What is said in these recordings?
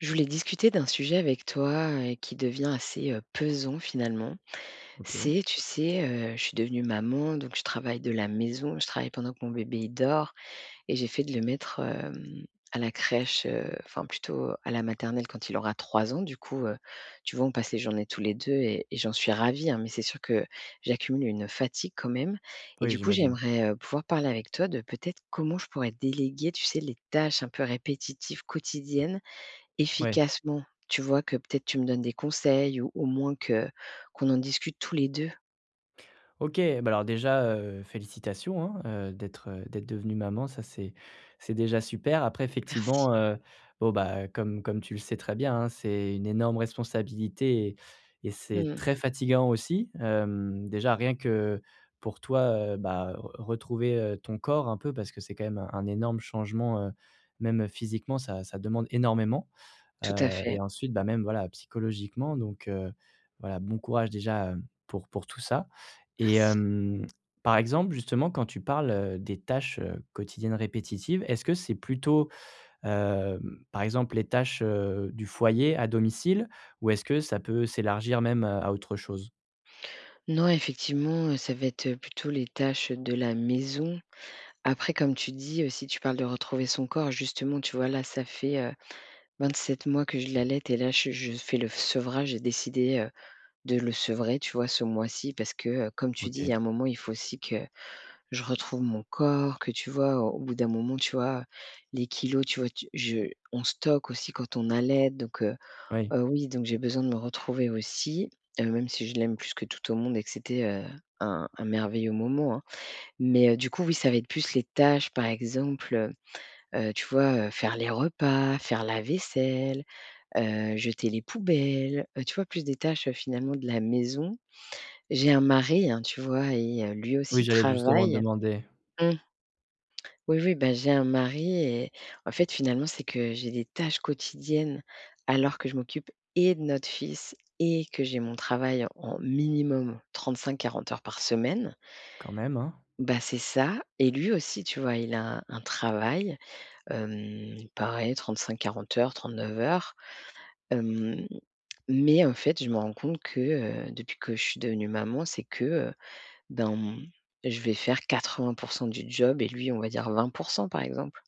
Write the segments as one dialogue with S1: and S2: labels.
S1: Je voulais discuter d'un sujet avec toi qui devient assez pesant finalement.
S2: OK.
S1: C'est, tu sais, je suis devenue maman, donc je travaille de la maison, je travaille pendant que mon bébé il dort et j'ai fait de le mettre à la crèche, enfin plutôt à la maternelle quand il aura 3 ans. Du coup, tu vois, on passe les journées tous les deux et j'en suis ravie, hein, mais c'est sûr que j'accumule une fatigue quand même. Et
S2: Oui,
S1: du coup,
S2: j'imagine.
S1: j'aimerais pouvoir parler avec toi de peut-être comment je pourrais déléguer, tu sais, les tâches un peu répétitives quotidiennes
S2: Ouais.
S1: efficacement, tu vois? Que peut-être tu me donnes des conseils ou au moins que qu'on en discute tous les deux.
S2: OK, bah, alors déjà, félicitations, hein, d'être devenue maman, ça c'est déjà super. Après
S1: Merci.
S2: effectivement, bon, bah, comme tu le sais très bien, hein, c'est une énorme responsabilité et c'est
S1: Mmh.
S2: très fatigant aussi. Déjà rien que pour toi, bah, re retrouver, ton corps un peu parce que c'est quand même un énorme changement, même, physiquement ça demande énormément.
S1: Tout à
S2: Heu
S1: fait,
S2: et ensuite, bah, même voilà, psychologiquement donc voilà, bon courage déjà, pour tout ça et
S1: merci.
S2: par exemple, justement, quand tu parles, des tâches, quotidiennes répétitives, est-ce que c'est plutôt, par exemple, les tâches, du foyer à domicile ou est-ce que ça peut s'élargir même, à autre chose?
S1: Non, effectivement, ça va être, plutôt les tâches, de la maison. Après, comme tu dis, si tu parles de retrouver son corps, justement, tu vois? Là, ça fait 27 mois que je l'allaite et là, je fais le sevrage. J'ai décidé, de le sevrer, tu vois? Ce mois-ci parce que, comme tu dis, il
S2: OK.
S1: y a un moment, il faut aussi que je retrouve mon corps. Que tu vois, au bout d'un moment, tu vois, les kilos, tu vois, tu je on stocke aussi quand on allait donc
S2: Oui.
S1: oui, donc j'ai besoin de me retrouver aussi, même si je l'aime plus que tout au monde et que c'était, un merveilleux moment, hein. Mais, du coup, oui, ça va être plus les tâches, par exemple, tu vois, faire les repas, faire la vaisselle, jeter les poubelles, tu vois, plus des tâches, finalement de la maison. J'ai un mari, hein, tu vois et lui
S2: Oui,
S1: aussi
S2: j'allais justement te
S1: travaille.
S2: demander.
S1: Mmh. Oui, oui, bah, j'ai un mari et en fait, finalement, c'est que j'ai des tâches quotidiennes alors que je m'occupe et de notre fils et que j'ai mon travail en minimum 35-40 heures par semaine.
S2: Quand même, hein.
S1: Bah, c'est ça. Et lui aussi, tu vois, il a un travail, pareil, cinq quarante heures, 39 heures. Hem, mais en fait, je me rends compte que, depuis que je suis devenue maman, c'est que, ben, je vais faire 80 % du job et lui, on va dire 20 % par exemple.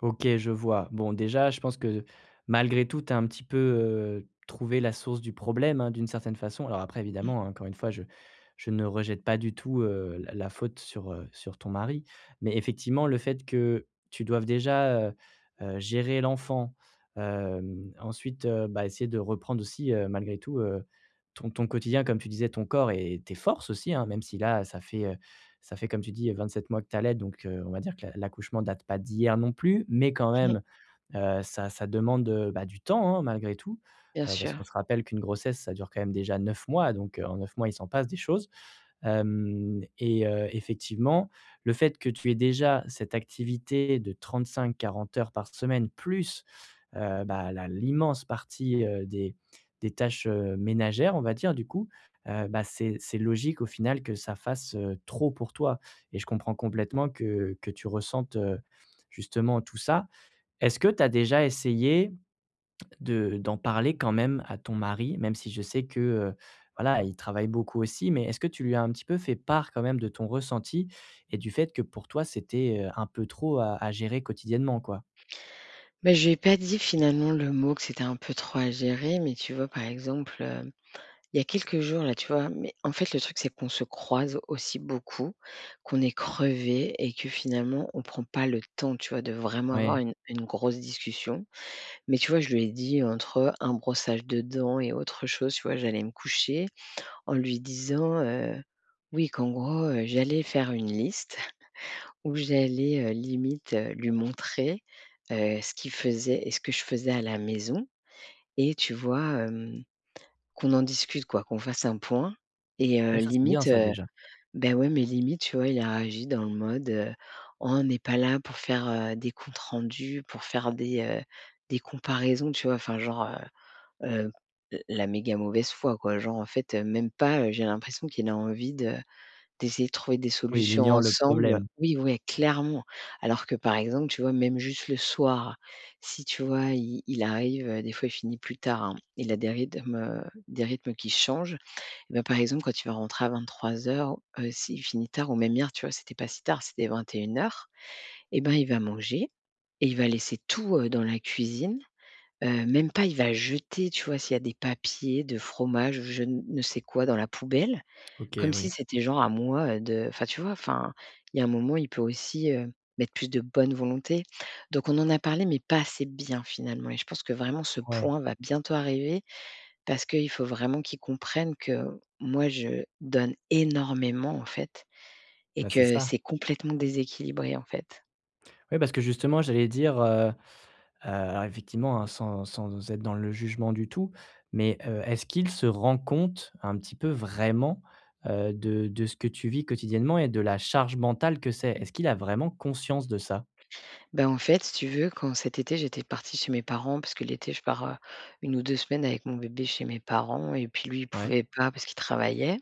S2: OK, je vois. Bon, déjà, je pense que malgré tout, tu as un petit peu, trouvé la source du problème, hein, d'une certaine façon. Alors après, évidemment, hein, encore une fois, je ne rejette pas du tout, la faute sur, sur ton mari. Mais effectivement, le fait que tu doives déjà, gérer l'enfant, ensuite, bah, essayer de reprendre aussi, malgré tout, ton quotidien, comme tu disais, ton corps et tes forces aussi, hein, même si là, ça fait, comme tu dis, 27 mois que tu allaites, donc on va dire que l'accouchement date pas d'hier non plus, mais quand même, ça demande, bah, du temps, hein, malgré tout,
S1: Bien
S2: parce
S1: sûr.
S2: qu'on se rappelle qu'une grossesse, ça dure quand même déjà 9 mois, donc en 9 mois, il s'en passe des choses. Hem et Effectivement, le fait que tu aies déjà cette activité de 35-40 heures par semaine plus, bah, la l'immense partie, des tâches, ménagères, on va dire, du coup, bah, c'est logique au final que ça fasse, trop pour toi et je comprends complètement que tu ressentes, justement tout ça. Est-ce que tu as déjà essayé de d'en parler quand même à ton mari, même si je sais que, voilà, il travaille beaucoup aussi, mais est-ce que tu lui as un petit peu fait part quand même de ton ressenti et du fait que pour toi c'était, un peu trop à gérer quotidiennement, quoi?
S1: Bah, je lui ai pas dit finalement le mot que c'était un peu trop algéré, mais tu vois, par exemple, il y a quelques jours là, tu vois? Mais en fait, le truc, c'est qu'on se croise aussi beaucoup, qu'on est crevé et que finalement, on prend pas le temps, tu vois, de vraiment avoir
S2: Ouais.
S1: une grosse discussion. Mais tu vois, je lui ai dit entre un brossage de dents et autre chose, tu vois, j'allais me coucher en lui disant, oui, qu'en gros, j'allais faire une liste. Où j'allais, limite, lui montrer, ce qu'il faisait et ce que je faisais à la maison et tu vois, hem, qu'on en discute quoi, qu'on fasse un point et
S2: Ouais, ça c'est bien
S1: limite,
S2: ça déjà.
S1: bah, ouais, mais limite, tu vois, il a réagi dans le mode: «Oh, on n'est pas là pour faire, des comptes rendus, pour faire des comparaisons», tu vois? Enfin genre, heu, la méga mauvaise foi quoi, genre en fait, même pas, j'ai l'impression qu'il a envie de D'essayer de trouver des
S2: Oui, il
S1: solutions
S2: ignore le
S1: ensemble.
S2: problème.
S1: Oui, ouais, clairement. Alors que par exemple, tu vois, même juste le soir, si tu vois, il arrive, des fois il finit plus tard, hein, il a des rythmes qui changent. Et ben par exemple, quand il va rentrer à 23:00, s'il finit tard ou même hier, tu vois, c'était pas si tard, c'était 21:00, et une heures, et ben, il va manger et il va laisser tout, dans la cuisine. Même pas, il va jeter, tu vois, s'il y a des papiers de fromage ou je ne sais quoi dans la poubelle.
S2: OK,
S1: Comme si
S2: oui.
S1: c'était genre à moi, de enfin tu vois? Enfin, il y a un moment, il peut aussi, mettre plus de bonne volonté. Donc on en a parlé, mais pas assez bien finalement et je pense que vraiment ce
S2: Ouais,
S1: point va bientôt arriver parce qu'il faut vraiment qu'ils comprennent que moi, je donne énormément en fait et
S2: bah, c'est
S1: que
S2: ça.
S1: c'est complètement déséquilibré en fait.
S2: Oui, parce que justement j'allais dire, alors effectivement, hein, sans être dans le jugement du tout, mais, est-ce qu'il se rend compte un petit peu vraiment, de ce que tu vis quotidiennement et de la charge mentale que c'est? Est-ce qu'il a vraiment conscience de ça?
S1: Ben en fait, si tu veux, quand cet été, j'étais partie chez mes parents parce que l'été, je pars, 1 ou deux semaines avec mon bébé chez mes parents et puis lui, il
S2: Ouais.
S1: pouvait pas parce qu'il travaillait.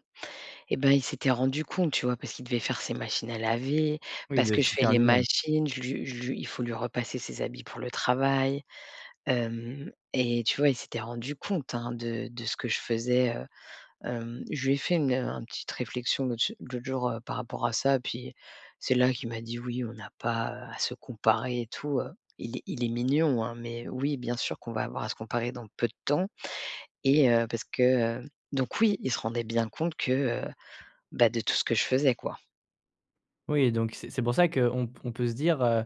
S1: Et ben, il s'était rendu compte, tu vois? Parce qu'il devait faire ses machines à laver,
S2: Oui,
S1: parce
S2: de
S1: que je
S2: tout
S1: fais
S2: faire
S1: les
S2: lui-même.
S1: machines, je lui il faut lui repasser ses habits pour le travail. Hem et tu vois, il s'était rendu compte, hein, de ce que je faisais, je lui ai fait un petite réflexion l'autre jour, par rapport à ça, puis c'est là qu'il m'a dit: «Oui, on n'a pas, à se comparer et tout». Il est mignon, hein, mais oui, bien sûr qu'on va avoir à se comparer dans peu de temps et parce que, donc oui, il se rendait bien compte que, bah, de tout ce que je faisais, quoi.
S2: Oui, donc c'est pour ça qu'on peut se dire,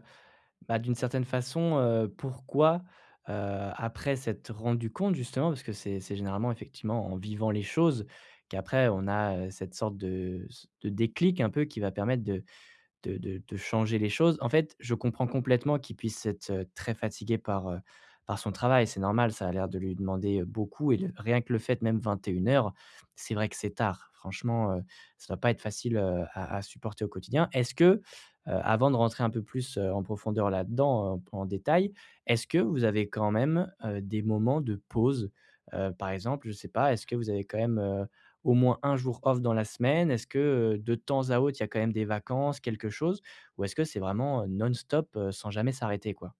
S2: bah, d'une certaine façon, pourquoi, heu, après s'être rendu compte justement, parce que c'est généralement effectivement en vivant les choses qu'après on a, cette sorte de déclic un peu qui va permettre de changer les choses. En fait, je comprends complètement qu'il puisse être, très fatigué par, par son travail. C'est normal, ça a l'air de lui demander, beaucoup et le rien que le fait même 21 heures, c'est vrai que c'est tard. Franchement, ça ne va pas être facile, à supporter au quotidien. Est-ce que, avant de rentrer un peu plus, en profondeur là-dedans, en détail, est-ce que vous avez quand même, des moments de pause? Par exemple, je ne sais pas, est-ce que vous avez quand même, au moins un jour off dans la semaine? Est-ce que, de temps à autre, il y a quand même des vacances, quelque chose? Ou est-ce que c'est vraiment, non-stop, sans jamais s'arrêter, quoi?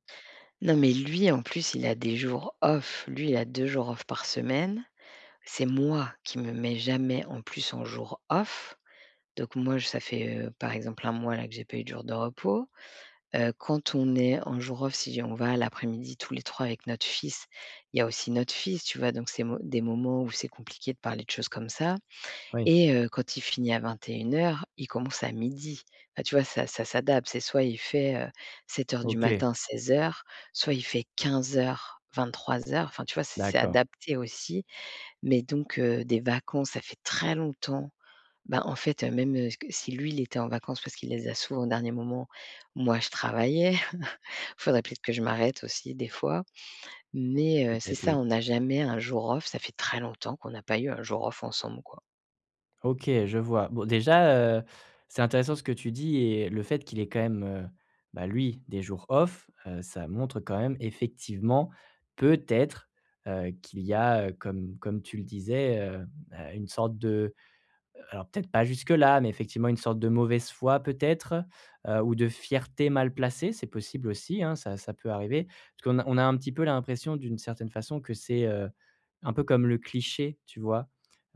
S1: Non, mais lui, en plus, il a des jours off. Lui, il a 2 jours off par semaine. C'est moi qui me mets jamais, en plus, en jour off. Donc moi, je ça fait, par exemple 1 mois là que j'ai pas eu de jour de repos. Quand on est en jour off, si on va l'après-midi tous les 3 avec notre fils, il y a aussi notre fils, tu vois? Donc c'est mo des moments où c'est compliqué de parler de choses comme ça.
S2: Oui,
S1: Et quand il finit à 21 heures, il commence à midi. Bah, tu vois, ça s'adapte. C'est soit il fait, 7 heures du
S2: OK,
S1: matin, 16 heures, soit il fait 15 heures, 23 heures. Enfin, tu vois, c'est
S2: d'accord,
S1: adapté aussi. Mais donc des vacances, ça fait très longtemps. Ben en fait, même, si lui, il était en vacances parce qu'il les a souvent au dernier moment, moi, je travaillais. Faudrait peut-être que je m'arrête aussi des fois. Mais c'est
S2: peut-être,
S1: ça,
S2: oui.
S1: on n'a jamais un jour off. Ça fait très longtemps qu'on n'a pas eu un jour off ensemble, quoi.
S2: OK, je vois. Bon, déjà, c'est intéressant ce que tu dis et le fait qu'il ait quand même, bah, lui, des jours off, ça montre quand même effectivement, peut-être, qu'il y a, comme tu le disais, une sorte de alors peut-être pas jusque-là, mais effectivement une sorte de mauvaise foi peut-être, ou de fierté mal placée, c'est possible aussi, hein, ça peut arriver. Parce qu'on a un petit peu l'impression d'une certaine façon que c'est, un peu comme le cliché, tu vois?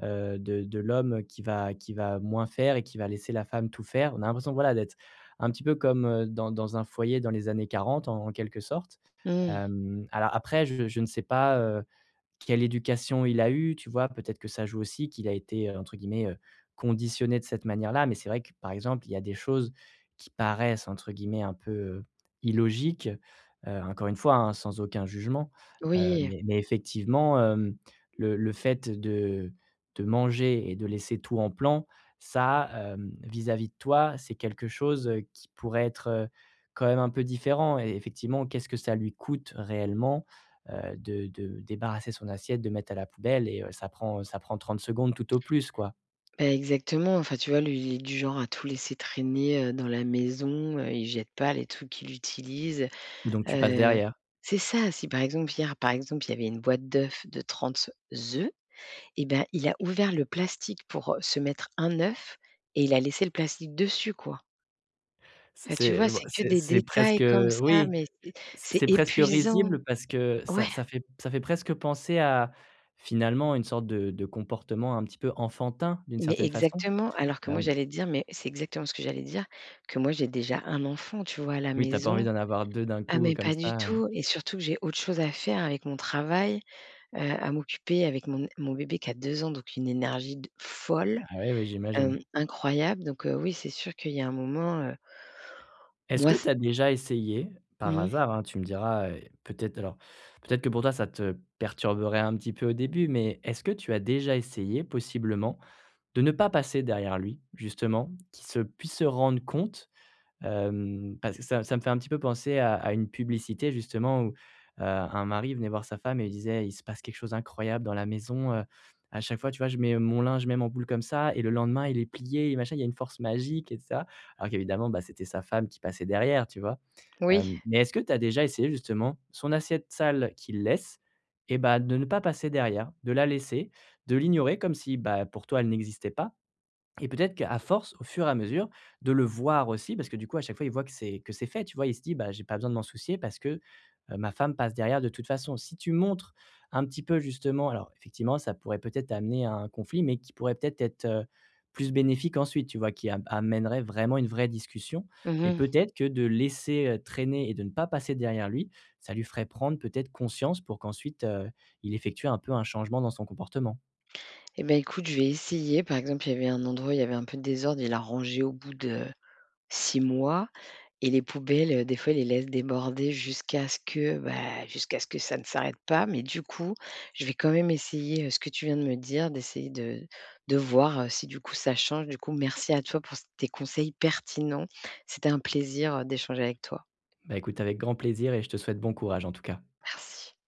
S2: De l'homme qui va moins faire et qui va laisser la femme tout faire. On a l'impression, voilà, d'être un petit peu comme, dans un foyer dans les années 40 en quelque sorte.
S1: Mmh,
S2: Alors après je ne sais pas, quelle éducation il a eu, tu vois? Peut-être que ça joue aussi, qu'il a été, entre guillemets, «conditionné» de cette manière-là. Mais c'est vrai que, par exemple, il y a des choses qui paraissent, entre guillemets, un peu, illogiques, encore une fois, hein, sans aucun jugement.
S1: oui.
S2: Mais effectivement, le fait de manger et de laisser tout en plan, ça, vis-à-vis de toi, c'est quelque chose, qui pourrait être, quand même un peu différent et effectivement, qu'est-ce que ça lui coûte réellement? De débarrasser son assiette, de mettre à la poubelle et ça prend 30 secondes tout au plus, quoi.
S1: Bah, exactement, enfin, tu vois, lui, il est du genre à tout laisser traîner, dans la maison, il jette pas les trucs qu'il utilise,
S2: Donc tu passes
S1: heu
S2: derrière.
S1: c'est ça, si par exemple hier, par exemple, il y avait une boîte d'œufs de 30 œufs et ben, il a ouvert le plastique pour, se mettre un œuf et il a laissé le plastique dessus, quoi.
S2: C'est
S1: Enfin, tu
S2: c'est
S1: vois,
S2: v
S1: c'est que
S2: c'est
S1: des
S2: c'est
S1: détails
S2: presque,
S1: comme ça,
S2: oui,
S1: mais c'est
S2: c'est
S1: c'est
S2: c'est presque
S1: épuisant.
S2: risible parce que
S1: Ouais,
S2: ça fait presque penser à, finalement, une sorte de comportement un petit peu enfantin, d'une
S1: mais
S2: certaine façon.
S1: exactement, alors que moi
S2: Hem,
S1: j'allais te dire mais c'est exactement ce que j'allais dire, que moi j'ai déjà un enfant, tu vois, à la
S2: oui, t'as pas envie
S1: maison.
S2: d'en avoir 2 d'un
S1: Ah
S2: coup
S1: mais
S2: comme
S1: pas du
S2: ça,
S1: tout et surtout que j'ai autre chose à faire avec mon travail, à m'occuper avec mon bébé qui a 2 ans, donc une énergie de folle,
S2: ah oui, oui, j'imagine.
S1: incroyable, donc oui, c'est sûr qu'il y a un moment,
S2: Est-ce
S1: moi
S2: que tu
S1: c
S2: as déjà essayé, par
S1: mmh,
S2: hasard, hein, tu me diras, peut-être alors, peut-être que pour toi ça te perturberait un petit peu au début, mais est-ce que tu as déjà essayé possiblement de ne pas passer derrière lui justement, qu'il se puisse se rendre compte. Parce que ça me fait un petit peu penser à une publicité justement où, un mari venait voir sa femme et lui disait: «Il se passe quelque chose d'incroyable dans la maison, à chaque fois, tu vois, je mets mon linge même en boule comme ça et le lendemain, il est plié et machin, il y a une force magique et ça». Alors qu'évidemment, bah, c'était sa femme qui passait derrière, tu vois?
S1: oui,
S2: Mais est-ce que tu as déjà essayé justement son assiette sale qu'il laisse et bah, de ne pas passer derrière, de la laisser, de l'ignorer comme si, bah, pour toi, elle n'existait pas et peut-être qu'à force, au fur et à mesure, de le voir aussi, parce que du coup, à chaque fois, il voit que c'est fait, tu vois? Il se dit: «Bah, j'ai pas besoin de m'en soucier parce que, ma femme passe derrière de toute façon». Si tu montres un petit peu justement alors effectivement, ça pourrait peut-être amener à un conflit, mais qui pourrait peut-être être, plus bénéfique ensuite, tu vois? Qui am amènerait vraiment une vraie discussion.
S1: mmh
S2: Mais
S1: mh.
S2: peut-être que de laisser, traîner et de ne pas passer derrière lui, ça lui ferait prendre peut-être conscience pour qu'ensuite, il effectue un peu un changement dans son comportement.
S1: Et bah, écoute, je vais essayer. Par exemple, il y avait un endroit, où il y avait un peu de désordre, il a rangé au bout de 6 mois. Et les poubelles, des fois, ils les laissent déborder jusqu'à ce que, bah, jusqu'à ce que ça ne s'arrête pas. Mais du coup, je vais quand même essayer, ce que tu viens de me dire, d'essayer de voir, si du coup ça change. Du coup, merci à toi pour tes conseils pertinents. C'était un plaisir, d'échanger avec toi.
S2: Bah, écoute avec grand plaisir et je te souhaite bon courage en tout cas.
S1: Merci.